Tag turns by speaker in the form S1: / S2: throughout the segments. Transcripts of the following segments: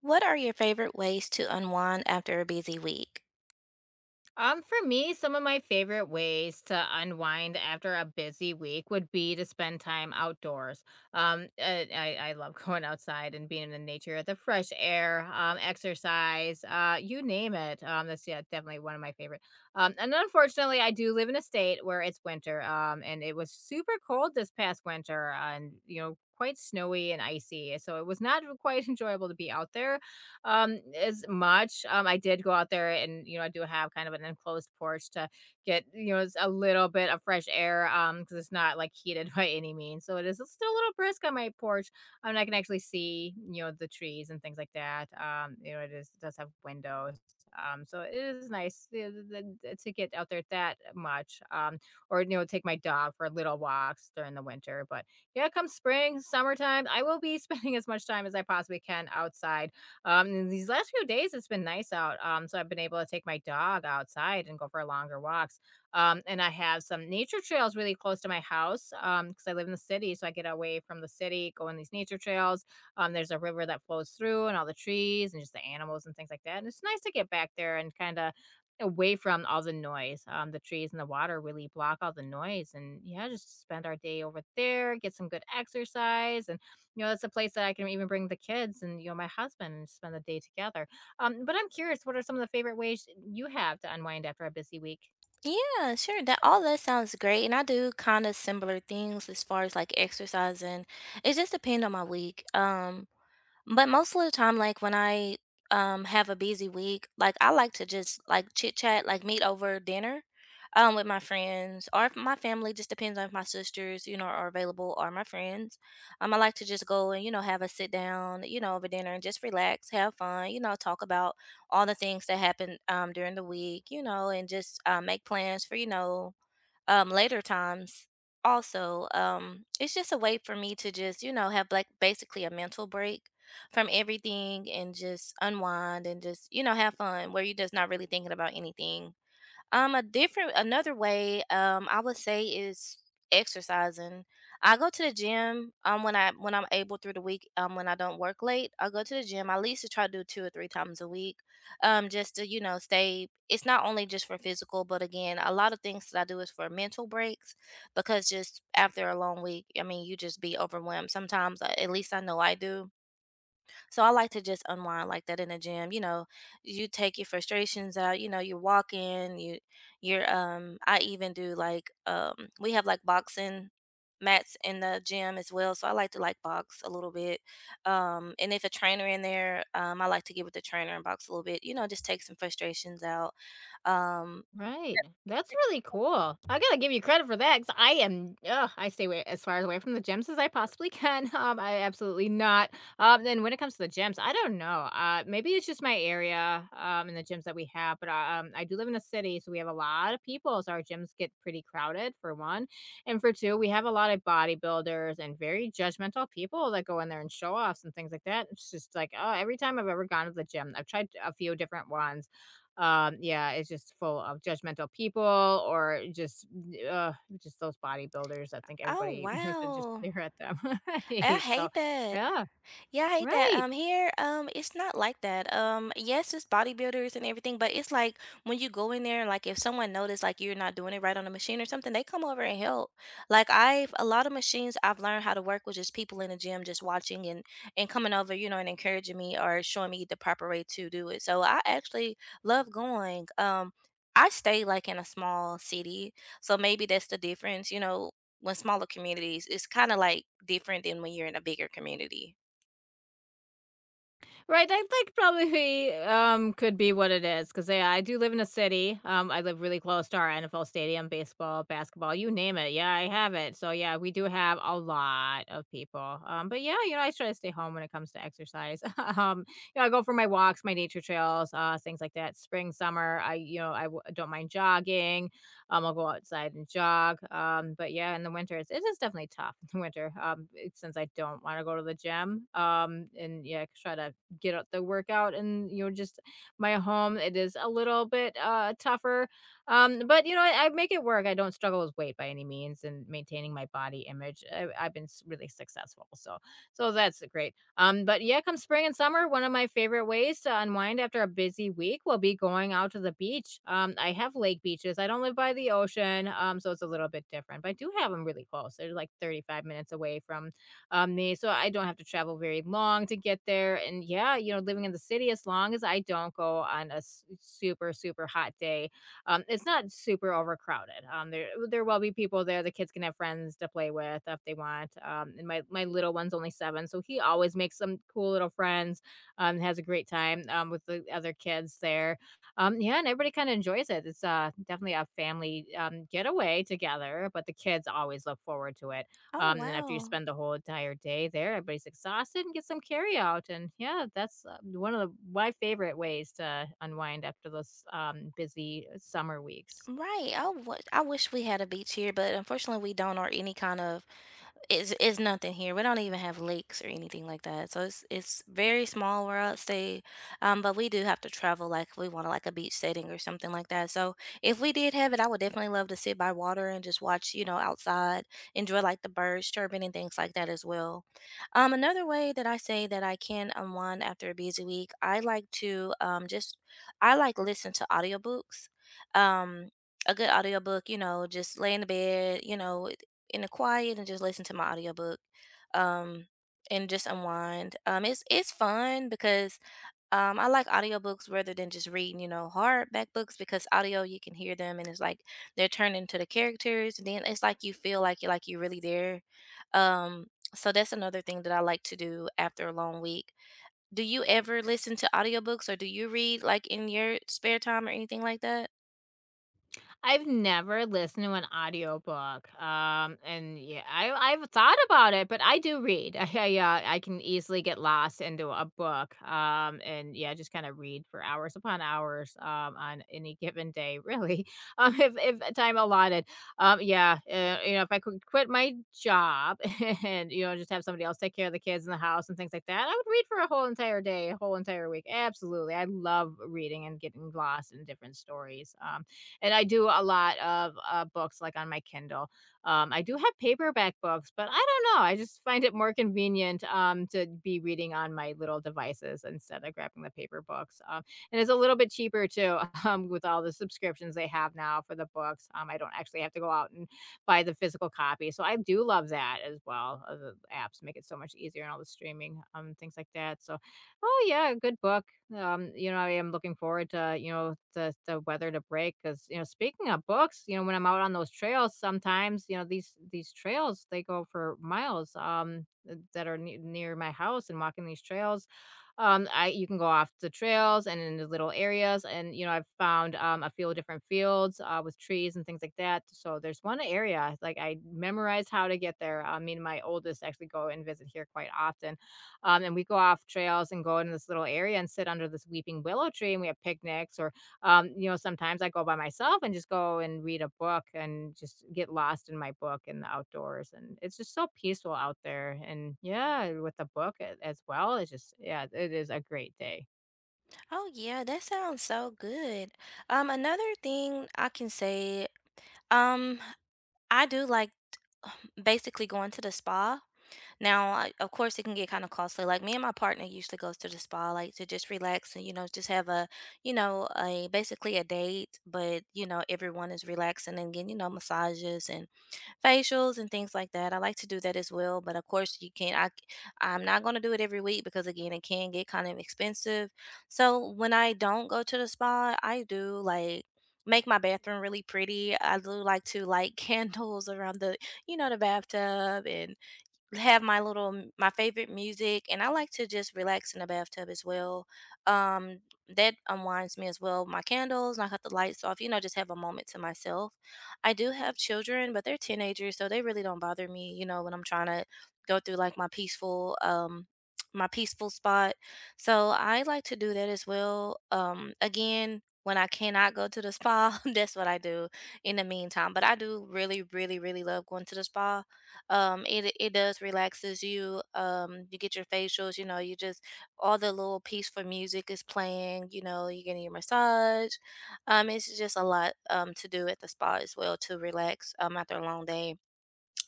S1: What are your favorite ways to unwind after a busy week?
S2: For me, some of my favorite ways to unwind after a busy week would be to spend time outdoors. I love going outside and being in the nature, the fresh air, exercise, you name it. That's, yeah, definitely one of my favorite. And unfortunately, I do live in a state where it's winter. And it was super cold this past winter, and, quite snowy and icy, so it was not quite enjoyable to be out there as much. I did go out there and, I do have kind of an enclosed porch to get, a little bit of fresh air because it's not like heated by any means. So it is still a little brisk on my porch. And I can actually see, the trees and things like that. It does have windows. So it is nice to get out there that much. Or, take my dog for little walks during the winter. But, yeah, come spring, summertime, I will be spending as much time as I possibly can outside. In these last few days, it's been nice out. So I've been able to take my dog outside and go for longer walks. And I have some nature trails really close to my house, because I live in the city. So I get away from the city, go on these nature trails. There's a river that flows through and all the trees and just the animals and things like that. And it's nice to get back there and kind of away from all the noise. The trees and the water really block all the noise. And, yeah, just spend our day over there, get some good exercise. And, it's a place that I can even bring the kids and, my husband and spend the day together. But I'm curious, what are some of the favorite ways you have to unwind after a busy week?
S1: Yeah, sure. That all that sounds great. And I do kind of similar things as far as like exercising. It just depends on my week. But most of the time, like when I have a busy week, like I like to just like chit chat, like meet over dinner with my friends or if my family, just depends on if my sisters, you know, are available or my friends. I like to just go and, you know, have a sit down, you know, over dinner and just relax, have fun, you know, talk about all the things that happened during the week, you know, and just make plans for, you know, later times also. It's just a way for me to just, you know, have like basically a mental break from everything and just unwind and just, you know, have fun where you're just not really thinking about anything. Um, a different another way, I would say, is exercising. I go to the gym when I'm able through the week. When I don't work late, I go to the gym. I at least try to do two or three times a week. Just to, you know, stay, it's not only just for physical, but again, a lot of things that I do is for mental breaks, because just after a long week, I mean, you just be overwhelmed sometimes. At least I know I do, so I like to just unwind like that in the gym. You know, you take your frustrations out, you know, you're walking, you're I even do like, we have like boxing mats in the gym as well. So I like to like box a little bit. And if a trainer in there, I like to get with the trainer and box a little bit, you know, just take some frustrations out. Um
S2: Right. That's really cool. I gotta give you credit for that, cause I stay away as far away from the gyms as I possibly can. I absolutely not. Then when it comes to the gyms, I don't know. Maybe it's just my area, and the gyms that we have, but, I do live in a city, so we have a lot of people, so our gyms get pretty crowded, for one, and for two, we have a lot of bodybuilders and very judgmental people that go in there and show offs and things like that. It's just like, oh, every time I've ever gone to the gym, I've tried a few different ones. Yeah, it's just full of judgmental people, or uh, just those bodybuilders. I think
S1: oh
S2: everybody wants to just
S1: wow.
S2: stare at them.
S1: I
S2: Right, so,
S1: hate that.
S2: yeah,
S1: Yeah, I hate that.
S2: right.
S1: Here, it's not like that. Yes, it's bodybuilders and everything, but it's like when you go in there, like if someone notice like you're not doing it right on the machine or something, they come over and help. Like I've a lot of machines I've learned how to work with just people in the gym just watching and coming over, you know, and encouraging me or showing me the proper way to do it. So I actually love going. I stay like in a small city, so maybe that's the difference, you know. When smaller communities, it's kind of like different than when you're in a bigger community.
S2: Right, I think probably could be what it is because, yeah, I do live in a city. I live really close to our NFL stadium, baseball, basketball, you name it. Yeah, I have it. So, yeah, we do have a lot of people. But, yeah, I try to stay home when it comes to exercise. I go for my walks, my nature trails, things like that. Spring, summer, I don't mind jogging. I'll go outside and jog. But, yeah, in the winter, it is definitely tough in the winter. Since I don't want to go to the gym. And, yeah, try to get out the workout and just my home it is a little bit tougher. But, I make it work. I don't struggle with weight by any means and maintaining my body image. I've been really successful. So that's great. But, yeah, come spring and summer, one of my favorite ways to unwind after a busy week will be going out to the beach. I have lake beaches. I don't live by the ocean, so it's a little bit different, but I do have them really close. They're like 35 minutes away from, they so I don't have to travel very long to get there. And, yeah, living in the city, as long as I don't go on a super super hot day. It's not super overcrowded. There will be people there. The kids can have friends to play with if they want. And my little one's only 7, so he always makes some cool little friends. Has a great time with the other kids there. Yeah, and everybody kind of enjoys it. It's definitely a family getaway together, but the kids always look forward to it.
S1: Oh,
S2: And after you
S1: wow.
S2: spend the whole entire day there, everybody's exhausted and get some carry out. And, yeah, that's one of the, my favorite ways to unwind after those busy summer weeks.
S1: Right. I wish we had a beach here, but unfortunately we don't, or any kind of. It's nothing here. We don't even have lakes or anything like that. So it's very small where I stay. But we do have to travel like if we want to like a beach setting or something like that. So if we did have it, I would definitely love to sit by water and just watch, you know, outside, enjoy like the birds chirping and things like that as well. Another way that I say that I can unwind after a busy week, I like listen to audiobooks. Um, a good audiobook, you know, just lay in the bed, you know, in the quiet and just listen to my audiobook um and just unwind. It's fun because I like audiobooks rather than just reading, you know, hardback books, because audio you can hear them and it's like they're turned into the characters and then it's like you feel like you're really there. Um so that's another thing that I like to do after a long week. Do you ever listen to audiobooks or do you read like in your spare time or anything like that?
S2: I've never listened to an audiobook, and, yeah, I've thought about it, but I do read. I can easily get lost into a book, and, yeah, just kinda read for hours upon hours, on any given day, really, if time allotted. Yeah, if I could quit my job and, just have somebody else take care of the kids in the house and things like that, I would read for a whole entire day, a whole entire week. Absolutely, I love reading and getting lost in different stories, and I do a lot of books like on my Kindle. I do have paperback books, but I don't know. I just find it more convenient, to be reading on my little devices instead of grabbing the paper books. And it's a little bit cheaper too, with all the subscriptions they have now for the books. I don't actually have to go out and buy the physical copy. So I do love that as well. The apps make it so much easier and all the streaming, things like that. So, oh, yeah, good book. I am looking forward to, the weather to break. Cause, speaking of books, when I'm out on those trails, sometimes, these trails, they go for miles, that are ne near my house and walking these trails. I You can go off the trails and in the little areas and, I've found, a few different fields, with trees and things like that. So there's one area, like, I memorized how to get there. I mean, my oldest actually go and visit here quite often. And we go off trails and go in this little area and sit under this weeping willow tree and we have picnics, or sometimes I go by myself and just go and read a book and just get lost in my book in the outdoors. And it's just so peaceful out there. And, yeah, with the book as well. It's just, yeah, it is a great day.
S1: Oh yeah, that sounds so good. Another thing I can say Um, I do like basically going to the spa. Now, I, of course, it can get kind of costly. Like me and my partner usually goes to the spa, like to just relax and, you know, just have a, you know, a basically a date, but you know, everyone is relaxing and getting, you know, massages and facials and things like that. I like to do that as well, but of course you can't. I'm not going to do it every week because again, it can get kind of expensive. So when I don't go to the spa, I do like make my bathroom really pretty. I do like to light candles around the, you know, the bathtub and have my little my favorite music, and I like to just relax in the bathtub as well. Um that unwinds me as well. My candles, I cut the lights off, you know, just have a moment to myself. I do have children, but they're teenagers, so they really don't bother me, you know, when I'm trying to go through like my peaceful my peaceful spot. So I like to do that as well. Again, when I cannot go to the spa, that's what I do in the meantime. But I do really, really, really love going to the spa. It it does relaxes you. You get your facials, you know, you just, all the little peaceful music is playing, you know, you're getting your massage. It's just a lot to do at the spa as well to relax after a long day.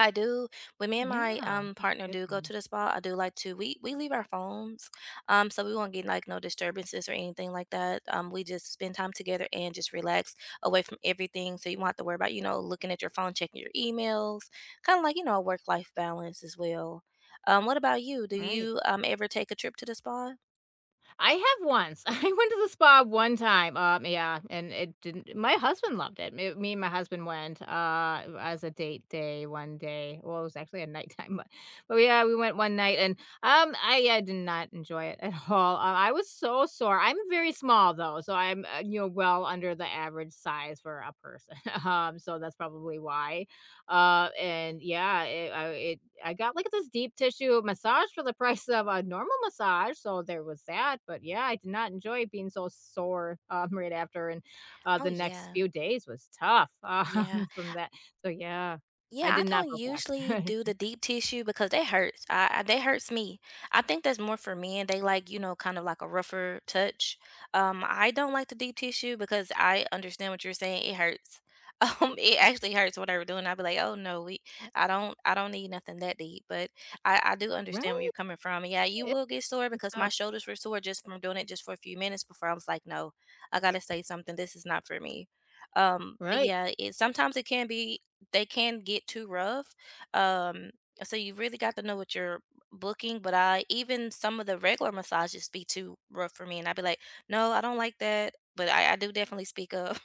S1: I do. When me and my
S2: Yeah. That's
S1: partner
S2: a good
S1: do go
S2: one.
S1: to the spa, I do like to, we leave our phones, so we won't get like no disturbances or anything like that. We just spend time together and just relax away from everything. So you won't have to worry about, you know, looking at your phone, checking your emails, kind of like, you know, a work life balance as well. What about you? Do
S2: Right.
S1: you ever take a trip to the spa?
S2: I have once. I went to the spa one time. Yeah, and it didn't. My husband loved it. Me and my husband went as a date day one day. Well, it was actually a nighttime, but yeah, we went one night, and yeah, I did not enjoy it at all. I was so sore. I'm very small though, so I'm well under the average size for a person. So that's probably why. And, yeah, I got like this deep tissue massage for the price of a normal massage, so there was that. But, yeah, I did not enjoy being so sore, right after, and,
S1: Oh
S2: the next
S1: yeah,
S2: few days was tough,
S1: yeah.
S2: from that. So, yeah,
S1: Yeah,
S2: I
S1: I
S2: did not
S1: don't
S2: go
S1: usually
S2: back.
S1: do the deep tissue because that hurts. I that hurts me. I think that's more for men. They like, you know, kind of like a rougher touch. I don't like the deep tissue because I understand what you're saying. It hurts. It actually hurts what I whatever doing. I'd be like, oh no, we, I don't need nothing that deep. But I do understand where
S2: Right?
S1: you're coming from. Yeah, you
S2: It's
S1: will get sore because my
S2: tough.
S1: shoulders were sore just from doing it just for a few minutes before I was like, no, I gotta say something. This is not for me. But
S2: Right.
S1: yeah, it sometimes it can be, they can get too rough. Um, so you really got to know what you're booking. But I even some of the regular massages be too rough for me, and I'd be like, "No, I don't like that." But I do definitely speak up.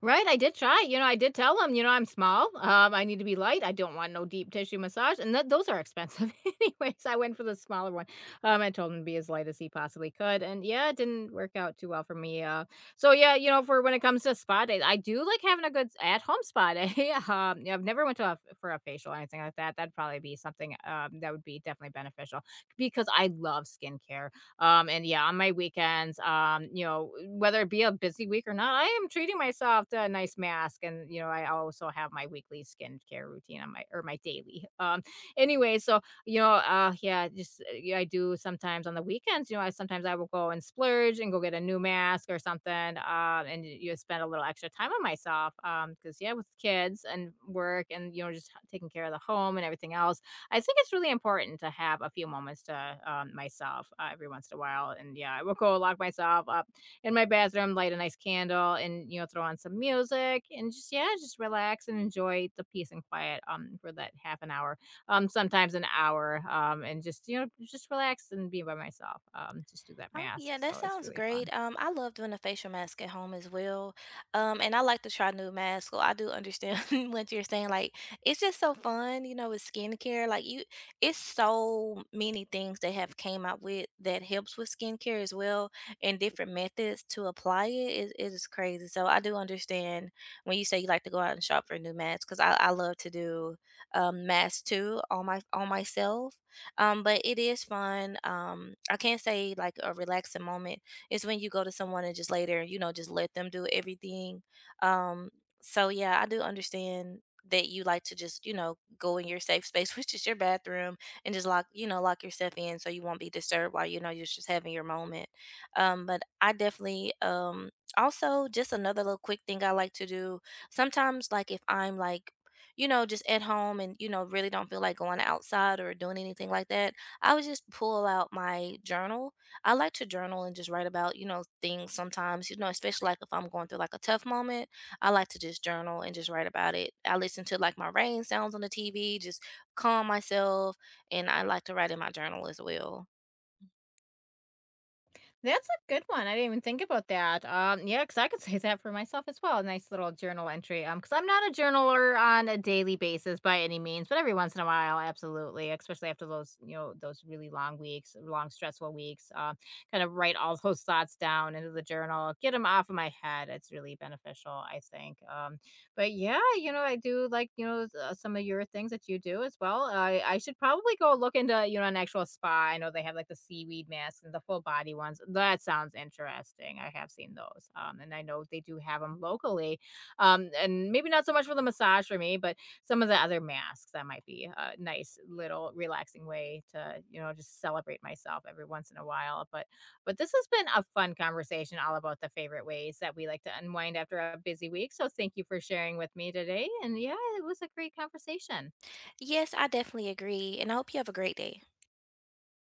S2: Right, I did try, I did tell him, "I'm small, I need to be light, I don't want no deep tissue massage," and that those are expensive. Anyways, I went for the smaller one, I told him to be as light as he possibly could, and, yeah, it didn't work out too well for me. So, yeah, for when it comes to spa days, I do like having a good at-home spa day. Yeah, I've never went to a for a facial or anything like that. That'd probably be something, that would be definitely beneficial because I love skincare. And, yeah, on my weekends, whether it be a busy week or not, I am treating myself to a nice mask. And, I also have my weekly skincare routine on my or my daily. Anyway, so, yeah, just yeah, I do sometimes on the weekends. You know, I sometimes I will go and splurge and go get a new mask or something, and you spend a little extra time on myself, because, yeah, with kids and work and, just taking care of the home and everything else. I think it's really important to have a few moments to, myself, every once in a while. And, yeah, I will go lock myself up in my bathroom, light a nice candle, and, throw on some music and just, yeah, just relax and enjoy the peace and quiet for that half an hour, sometimes an hour, and just, just relax and be by myself, just do that
S1: Oh
S2: mask.
S1: yeah, that
S2: So it's
S1: sounds
S2: really fun.
S1: great. I love doing a facial mask at home as well. And I like to try new masks. So I do understand what you're saying. Like, it's just so fun, you know, with skincare. Like you, it's so many things they have came out with that helps with skincare as well, and different methods to apply it. It. It is crazy. So I do understand when you say you like to go out and shop for new masks because I love to do masks too on my on myself. But it is fun. I can't say like a relaxing moment. It's when you go to someone and just later, you know, just let them do everything. Um, so yeah, I do understand that you like to just, you know, go in your safe space, which is your bathroom, and just lock, you know, lock yourself in so you won't be disturbed while, you know, you're just having your moment. But I definitely also just another little quick thing I like to do. Sometimes like if I'm like, you know, just at home and, you know, really don't feel like going outside or doing anything like that, I would just pull out my journal. I like to journal and just write about, you know, things sometimes, you know, especially like if I'm going through like a tough moment, I like to just journal and just write about it. I listen to like my rain sounds on the TV, just calm myself, and I like to write in my journal as well.
S2: That's a good one. I didn't even think about that. Yeah, because I could say that for myself as well. A nice little journal entry. Because I'm not a journaler on a daily basis by any means, but every once in a while, absolutely. Especially after those, those really long weeks, long stressful weeks. Kind of write all those thoughts down into the journal, get them off of my head. It's really beneficial, I think. But, yeah, I do like, some of your things that you do as well. I should probably go look into, an actual spa. I know they have like the seaweed masks and the full body ones. That sounds interesting. I have seen those. And I know they do have them locally. And maybe not so much for the massage for me, but some of the other masks that might be a nice little relaxing way to, just celebrate myself every once in a while. But this has been a fun conversation all about the favorite ways that we like to unwind after a busy week. So thank you for sharing with me today. And, yeah, it was a great conversation.
S1: Yes, I definitely agree, and I hope you have a great day.